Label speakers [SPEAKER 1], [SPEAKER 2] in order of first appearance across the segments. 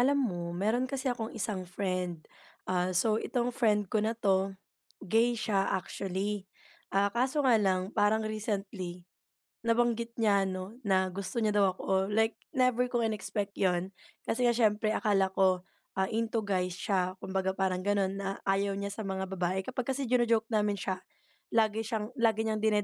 [SPEAKER 1] Alam mo, meron kasi akong isang friend. So itong friend ko na 'to, gay siya actually. Kaso nga lang parang recently nabanggit niya ano, na gusto niya daw ako, like never kong in-expect 'yun. Kasi nga siyempre akala ko, into guys siya kumbaga parang gano'n na ayaw niya sa mga babae. Kapag kasi jino-joke namin siya, lagi niyang dine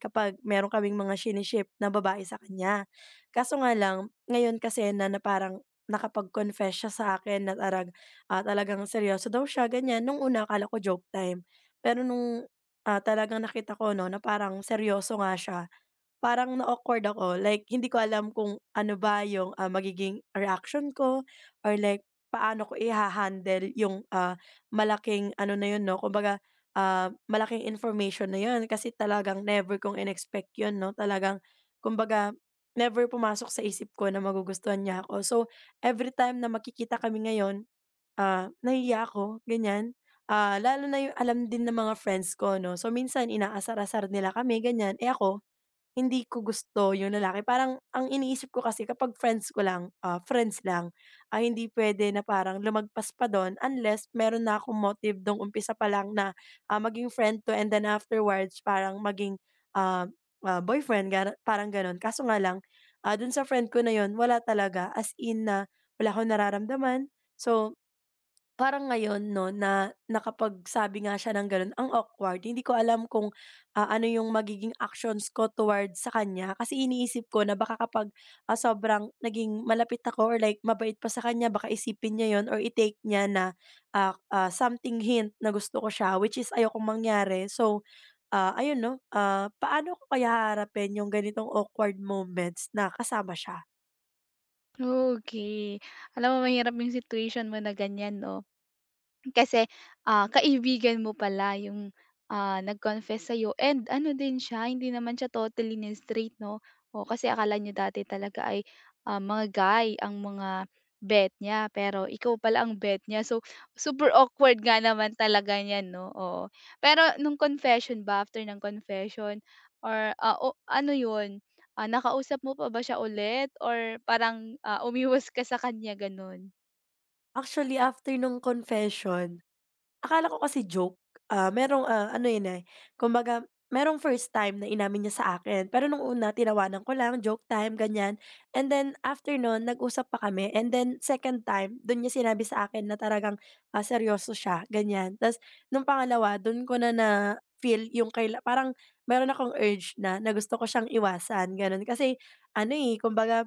[SPEAKER 1] kapag meron kaming mga shini na babae sa kanya. Kaso nga lang, ngayon kasi na na parang nakapag-confess siya sa akin na parang, talagang seryoso daw siya ganiyan. Nung una akala ko joke time, pero nung, talagang nakita ko 'no, na parang seryoso nga siya. Parang na-awkward ako, like hindi ko alam kung ano ba yung, magiging reaction ko or like paano ko i handle yung, malaking ano na yun 'no, kumbaga, malaking information na yun kasi talagang never kong in-expect yun 'no, talagang kumbaga never pumasok sa isip ko na magugustuhan niya ako. So, every time na makikita kami ngayon, nahihiya ako ganyan. Lalo na yung alam din ng mga friends ko 'no, so minsan inaasar-asar nila kami ganyan, eh, ako hindi ko gusto yung lalaki parang ang iniisip ko kasi kapag friends ko lang, friends lang, hindi pwede na parang lumagpas pa dun unless meron na akong motive nung umpisa pa lang na, maging friend to and then afterwards parang maging, ah, boyfriend gano parang ganun. Kaso nga lang, dun sa friend ko na yun wala talaga as in na wala akong nararamdaman. So parang ngayon 'no na nakapagsabi nga siya ng gano'n, ang awkward. Hindi ko alam kung, ano yung magiging actions ko towards sa kanya kasi iniisip ko na baka kapag, sobrang naging malapit ako or like mabait pa sa kanya baka isipin niya 'yun or itake niya na, something hint na gusto ko siya which is ayokong mangyari. So, ayun 'no, paano ko kaya haharapin yung ganitong awkward moments na kasama siya?
[SPEAKER 2] Okay. Alam mo mahirap yung situation mo na ganyan 'no, kasi, kaibigan mo pala yung, nag-confess sa'yo and ano din siya, hindi naman siya totally na straight 'no? O kasi akala niyo dati talaga ay, mga guy ang mga bet niya, pero ikaw pala ang bet niya. So, super awkward nga naman talaga niyan 'no, oo. Pero nung confession ba, after ng confession or, ah, o ano yun, ah, nakausap mo pa ba siya ulit or parang, umiwas ka sa kanya, gano'n?
[SPEAKER 1] Actually, after nung confession akala ko kasi joke, merong, ano yun, eh, kumbaga merong first time na inamin niya sa akin. Pero nung una tinawanan ko lang, joke time, ganyan. And then after nun nag-usap pa kami and then second time dun niya sinabi sa akin na talagang, seryoso siya, ganyan. Tas nung pangalawa dun ko na na-feel yung kaila parang meron akong urge na gusto ko siyang iwasan, ganun. Kasi ano, eh, kumbaga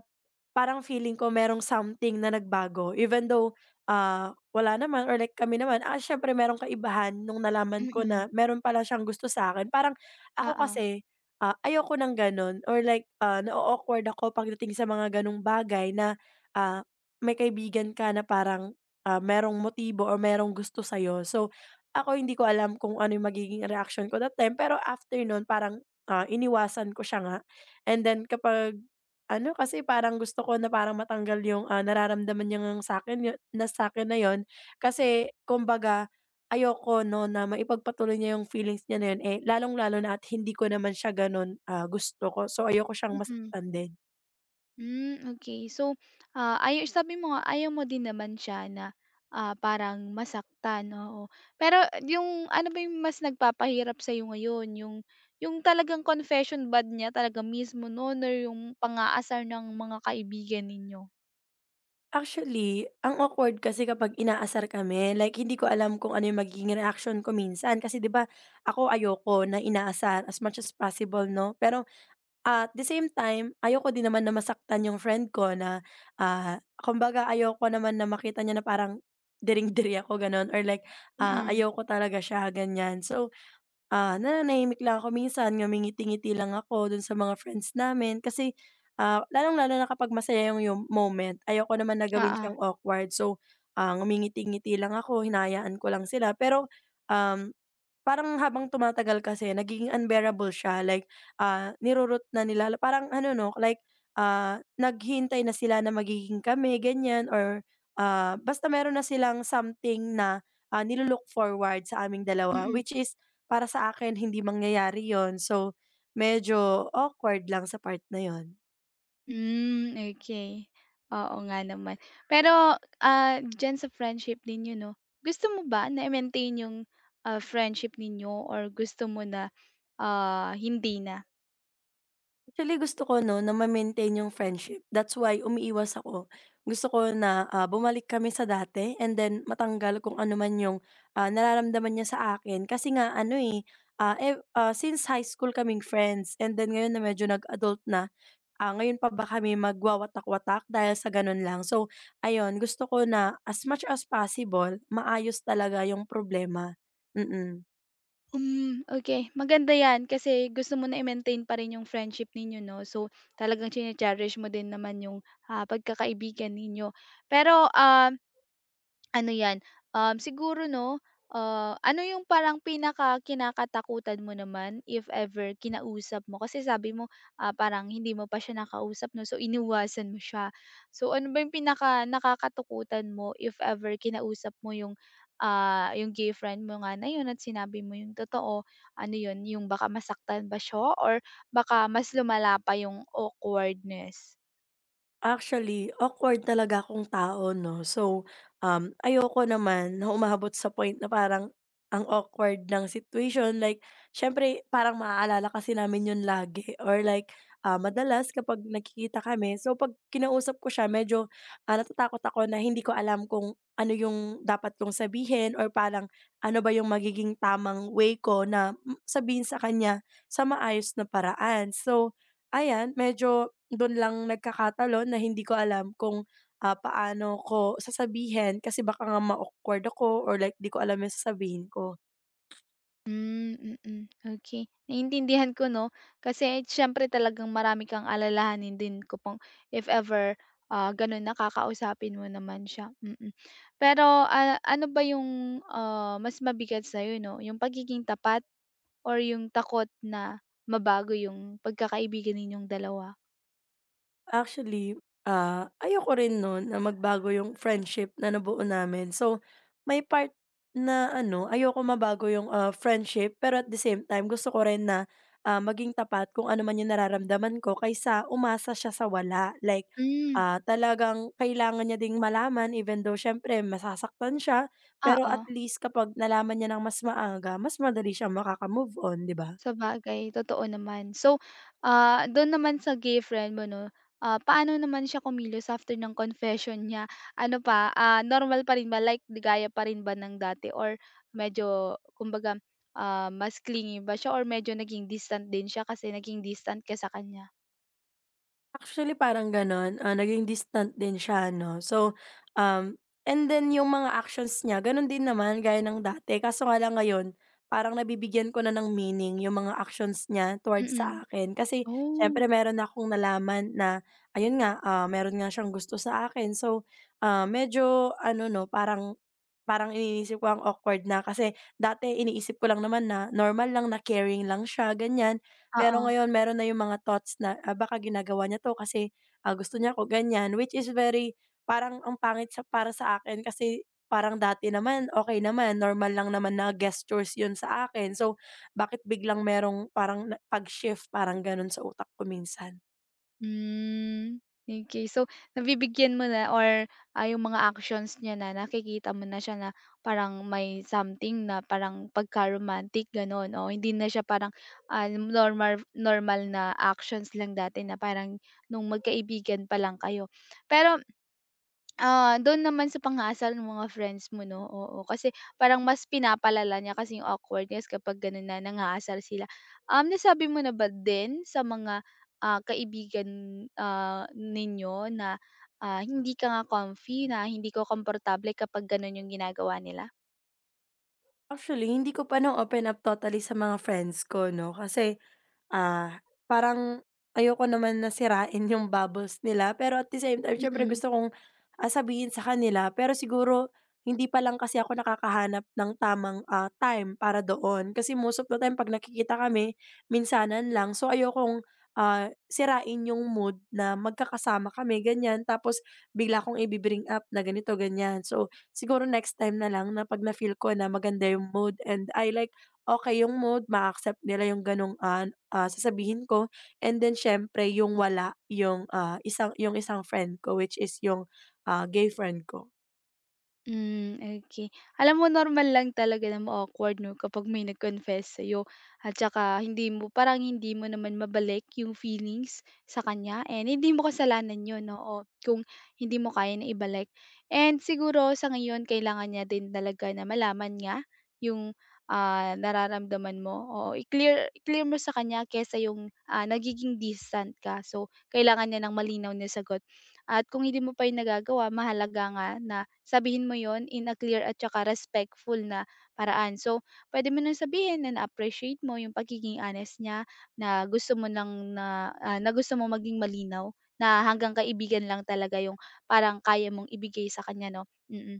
[SPEAKER 1] parang feeling ko merong something na nagbago even though, ah wala naman or like kami naman, siyempre merong kaibahan nung nalaman ko
[SPEAKER 2] Mm.
[SPEAKER 1] na meron pala siyang gusto sa akin. Parang ako
[SPEAKER 2] Oo.
[SPEAKER 1] kasi, ayoko ng gano'n or like, na awkward ako pagdating sa mga gano'ng bagay na, ah, may kaibigan ka na parang, merong motibo or merong gusto sa'yo. So, ako hindi ko alam kung ano yung magiging reaksyon ko that time, pero after nun parang, iniwasan ko siya nga and then kapag ano kasi parang gusto ko na parang matanggal yung, nararamdaman niya ngang sa'kin yu na sa'kin na yon kasi kumbaga ayoko 'no, na maipagpatuloy niya yung feelings niya na yun, eh, lalong-lalo na at hindi ko naman siya ganun, gusto ko. So, ayoko siyang
[SPEAKER 2] Mm.
[SPEAKER 1] masaktan din.
[SPEAKER 2] Hmm, okay. So, ay sabi mo nga ayaw mo din naman siya na, parang masaktan, oo. Pero yung ano ba yung mas nagpapahirap sa'yo ngayon, yung talagang confession ba niya talaga mismo nun or yung pang-aasar ng mga kaibigan ninyo?
[SPEAKER 1] Actually, ang awkward kasi kapag inaasar kami, like hindi ko alam kung ano yung magiging reaction ko minsan kasi 'di ba, ako ayoko na inaasar as much as possible 'no. Pero at the same time, ayoko din naman na masaktan yung friend ko na, kumbaga ayoko naman na makita niya na parang diri-diri ako gano'n or like,
[SPEAKER 2] Mm,
[SPEAKER 1] ayoko talaga siya ganyan. So, nananahimik lang ako minsan, ngumingiti-ngiti lang ako dun sa mga friends namin kasi, lalong-lalo na kapag masaya yung moment, ayoko naman na gawin
[SPEAKER 2] oo,
[SPEAKER 1] siyang awkward. So, ngumingiti-ngiti lang ako, hinayaan ko lang sila pero, um parang habang tumatagal kasi nagiging unbearable siya like, niro na nila parang ano 'no, like, naghihintay na sila na magiging kami ganyan or, basta meron na silang something na, nilo forward sa aming dalawa
[SPEAKER 2] mm.
[SPEAKER 1] which is para sa akin hindi mangyayari yon. So, medyo awkward lang sa part na yon.
[SPEAKER 2] Hmm, okey. Oo nga naman. Pero, diyan sa friendship ninyo 'no, gusto mo ba na maintain yung, friendship ninyo or gusto mo na hindi na.
[SPEAKER 1] Actually gusto ko 'no, na ma-maintain yung friendship. That's why umiiwas ako. Gusto ko na, bumalik kami sa dati and then matanggal kung ano man yung, nararamdaman niya sa akin. Kasi nga ano, eh, since high school kaming friends and then ngayon na medyo nag-adult na, ngayon pa ba kami magwawatak-watak dahil sa gano'n lang. So ayun, gusto ko na as much as possible maayos talaga yung problema. Mm. Mm.
[SPEAKER 2] Hmm, okey, maganda 'yan kasi gusto mo na i-maintain pa rin yung friendship ninyo 'no, so talagang chine-cherish mo din naman yung, pagkakaibigan ninyo. Pero, ano 'yan, siguro 'no, ano yung parang pinaka kinakatakutan mo naman if ever kinausap mo? Kasi sabi mo, parang hindi mo pa siya nakausap 'no, so iniwasan mo siya. So ano ba yung pinakanakakatakutan mo if ever kinausap mo yung, yung gay friend mo nga na yun at sinabi mo yung totoo? Ano yun, yung baka masaktan ba siya or baka mas lumala pa yung awkwardness?
[SPEAKER 1] Actually, awkward talaga akong tao 'no. So, ayoko naman na umabot sa point na parang ang awkward ng situation. Like, siyempre parang maaalala kasi namin 'yun lagi or like, madalas kapag nakikita kami, so 'pag kinausap ko siya medyo, natatakot ako na hindi ko alam kung ano yung dapat kong sabihin or parang ano ba yung magiging tamang way ko na m sabihin sa kanya sa maayos na paraan. So ayan, medyo dun lang nagkakatalon na hindi ko alam kung, paano ko sasabihin kasi baka nga ma-awkward ako or like di ko alam yung sasabihin ko.
[SPEAKER 2] Hmm, mm, okey. Naiintindihan ko 'no, kasi siyempre talagang marami kang alalahanin din kung if ever, gano'n na kakausapin mo naman siya, mm. Pero, ano ba yung, mas mabigat sa'yo 'no, yung pagiging tapat or yung takot na mabago yung pagkakaibigan ninyong dalawa?
[SPEAKER 1] Actually, ayoko rin nun na magbago yung friendship na nabuo namin. So, may part na ano, ayoko mabago yung, friendship pero at the same time gusto ko rin na, maging tapat kung ano man yung nararamdaman ko kaysa umasa siya sa wala. Like,
[SPEAKER 2] Hmm,
[SPEAKER 1] talagang kailangan niya ding malaman even though siyempre masasaktan siya, pero
[SPEAKER 2] oo.
[SPEAKER 1] at least kapag nalaman niya ng mas maaga, mas madali siyang makaka-move on, 'di ba?
[SPEAKER 2] Sabagay, totoo naman. So, dun naman sa gay friend mo 'no, paano naman siya kumilos after ng confession niya? Ano pa, normal pa rin ba, like di gaya pa rin ba ng dati or medyo, kumbaga, mas clingy ba siya or medyo naging distant din siya kasi naging distant ka sa kanya?
[SPEAKER 1] Actually, parang gano'n, naging distant din siya 'no. So, um, and then yung mga actions niya gano'n din naman gaya ng dati kaso nga lang ngayon parang nabibigyan ko na ng meaning yung mga actions niya towards
[SPEAKER 2] Mm.
[SPEAKER 1] sa akin. Kasi siyempre
[SPEAKER 2] Oh,
[SPEAKER 1] meron akong nalaman na ayun nga, meron nga siyang gusto sa akin. So, medyo ano 'no, parang Parang iniisip ko ang awkward na kasi dati iniisip ko lang naman na normal lang na caring lang siya ganyan, pero
[SPEAKER 2] oo.
[SPEAKER 1] ngayon meron na yung mga thoughts na, baka ginagawa niya 'to kasi, gusto niya ako ganyan which is very parang ang pangit para sa akin kasi parang dati naman okay naman normal lang naman na gestures yun sa akin so bakit biglang merong parang na pag-shift parang ganun sa utak ko minsan.
[SPEAKER 2] Hmm, okay. So, nabibigyan mo na or, yung mga actions niya na nakikita mo na siya na parang may something na parang pagka-romantic gano'n, o hindi na siya parang, normal normal na actions lang dati na parang nung magkaibigan pa lang kayo. Pero do'n naman sa pang-aasar ng mga friends mo 'no, oo. Kasi parang mas pinapalala niya kasi yung awkwardness kapag gano'n na nang-aasar sila. Nasabi mo na ba din sa mga, kaibigan, ninyo na, hindi ka nga comfy, na hindi ko komportable kapag gano'n yung ginagawa nila?
[SPEAKER 1] Actually hindi ko pa na-open up totally sa mga friends ko 'no kasi, parang ayoko naman na sirain yung bubbles nila, pero at the same time siyempre
[SPEAKER 2] Mm.
[SPEAKER 1] gusto kong, sabihin sa kanila pero siguro hindi pa lang kasi ako nakakahanap ng tamang, time para doon. Kasi most of the time 'pag nakikita kami minsanan lang, so ayokong, sirain yung mood na magkakasama kami ganyan tapos bigla kong ibi-bring up na ganito, ganyan. So siguro next time na lang na 'pag na-feel ko na maganda yung mood and I like okay yung mood, ma accept nila yung gano'ng, sasabihin ko and then siyempre yung wala yung, isang friend ko which is yung, gay friend ko.
[SPEAKER 2] Hmm, okay. Alam mo normal lang talaga na ma-awkward 'no kapag may nag-confess sa'yo, at saka hindi mo, parang hindi mo naman mabalik yung feelings sa kanya, and hindi mo kasalanan yun, oo, kung hindi mo kaya na ibalik. And siguro sa ngayon kailangan niya din talaga na malaman niya yung, nararamdaman mo. O i-clear, i-clear mo sa kanya kaysa yung, nagiging distant ka. So, kailangan niya ng malinaw na sagot. At kung hindi mo pa yun nagagawa, mahalaga nga na sabihin mo yon in a clear at tsaka respectful na paraan. So, pwede mo ng sabihin na na-appreciate mo yung pagiging honest niya, na gusto mong maging malinaw na hanggang kaibigan lang talaga yung parang kaya mong ibigay sa kanya 'no, mm. Mm.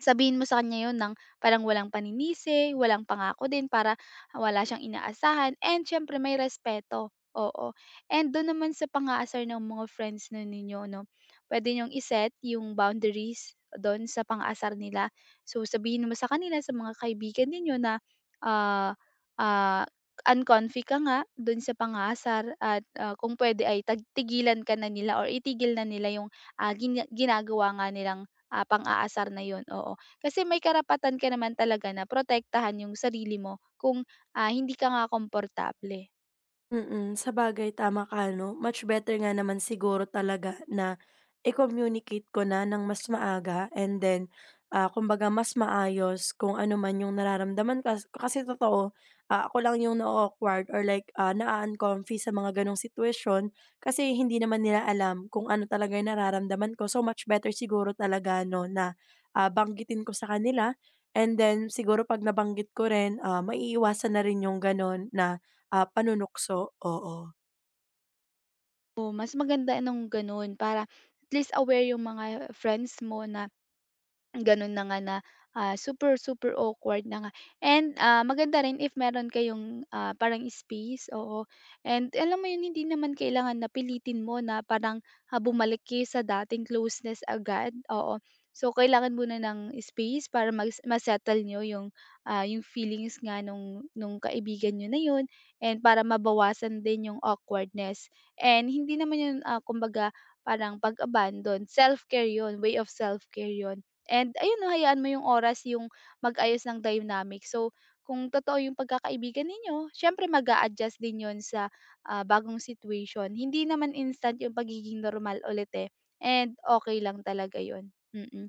[SPEAKER 2] Sabihin mo sa kanya yun ng parang walang paninisi, walang pangako din para wala siyang inaasahan, and siyempre may respeto, oo. And dun naman sa pang-aasar ng mga friends na ninyo 'no, pwede niyong i-set yung boundaries dun sa pang-aasar nila. So, sabihin mo sa kanila, sa mga kaibigan ninyo na, ah, ah, "Uncomfy ka nga dun sa pang-aasar, at, kung pwede ay tag tigilan ka na nila or itigil na nila yung, gina ginagawa nga nilang pang-aasar na yun," oo. Kasi may karapatan ka naman talaga na protektahan yung sarili mo kung, hindi ka nga komportable.
[SPEAKER 1] Mm, sabagay tama ka 'no, much better nga naman siguro talaga na i-communicate ko na ng mas maaga and then, kumbaga mas maayos kung ano man yung nararamdaman kas ko. Kasi totoo, ako lang yung na awkward or like, naa-uncomfy sa mga ganong sitwasyon kasi hindi naman nila alam kung ano talaga yung nararamdaman ko. So, much better siguro talaga 'no na, banggitin ko sa kanila and then siguro 'pag nabanggit ko rin, maiiwasan na rin yung gano'n na ah, panunukso, oo.
[SPEAKER 2] Oo, mas maganda nung gano'n para at least aware yung mga friends mo na gano'n na nga na, super, super awkward na nga, and, maganda rin if meron kayong, parang space, oo. And alam mo 'yun, hindi naman kailangan na pilitin mo na parang, bumalik kayo sa dating closeness agad, oo. So, kailangan muna ng space para mas ma-settle niyo yung, yung feelings nga nung kaibigan niyo na 'yun, and para mabawasan din yung awkwardness. And hindi naman 'yun, kumbaga parang pag-abandon, self-care 'yun, way of self-care 'yun. And ayun 'no, hayaan mo yung oras yung mag-ayos ng dynamic. So, kung totoo yung pagkakaibigan ninyo, siyempre mag adjust din yun sa, bagong situation. Hindi naman instant yung pagiging normal ulit, eh, and okay lang talaga yun. Mm,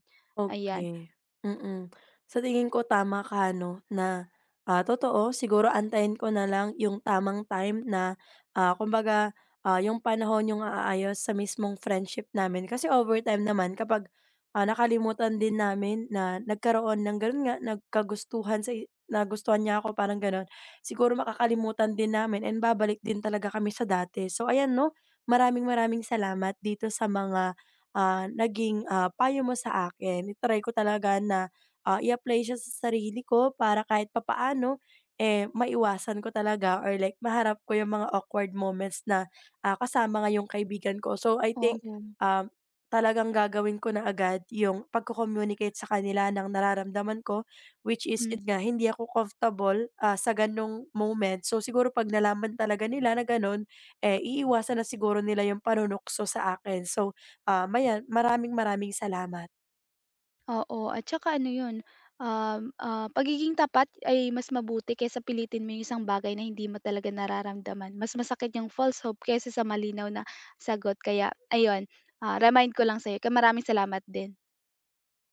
[SPEAKER 2] ayan.
[SPEAKER 1] Okay, mm. Sa tingin ko tama ka 'no, na, totoo siguro antayin ko na lang yung tamang time na, kumbaga, yung panahon yung aayos sa mismong friendship namin. Kasi overtime naman kapag, nakalimutan din namin na nagkaroon ng gano'n nga, nagkagustuhan sa i nagustuhan niya ako parang gano'n, siguro makakalimutan din namin and babalik din talaga kami sa dati. So ayan 'no, maraming maraming salamat dito sa mga ah, naging, payo mo sa akin. I ko talaga na, i-apply siya sa sarili ko para kahit papaano, eh, maiwasan ko talaga or like maharap ko yung mga awkward moments na, kasama nga yung kaibigan ko. So, I think,
[SPEAKER 2] Oo,
[SPEAKER 1] um, talagang gagawin ko na agad yung pagko-communicate sa kanila ng nararamdaman ko, which is
[SPEAKER 2] mm.
[SPEAKER 1] yun nga, hindi ako comfortable, sa gano'ng moment. So, siguro 'pag nalaman talaga nila na gano'n, eh, iiwasan na siguro nila yung panunukso sa akin. So, maraming maraming salamat.
[SPEAKER 2] Oo, at saka ano 'yun, pagiging tapat ay mas mabuti kaysa pilitin mo 'yung isang bagay na hindi mo talaga nararamdaman. Mas masakit 'yung false hope kaysa sa malinaw na sagot. Kaya ayun, remind ko lang sa'yo. Kaya maraming salamat din.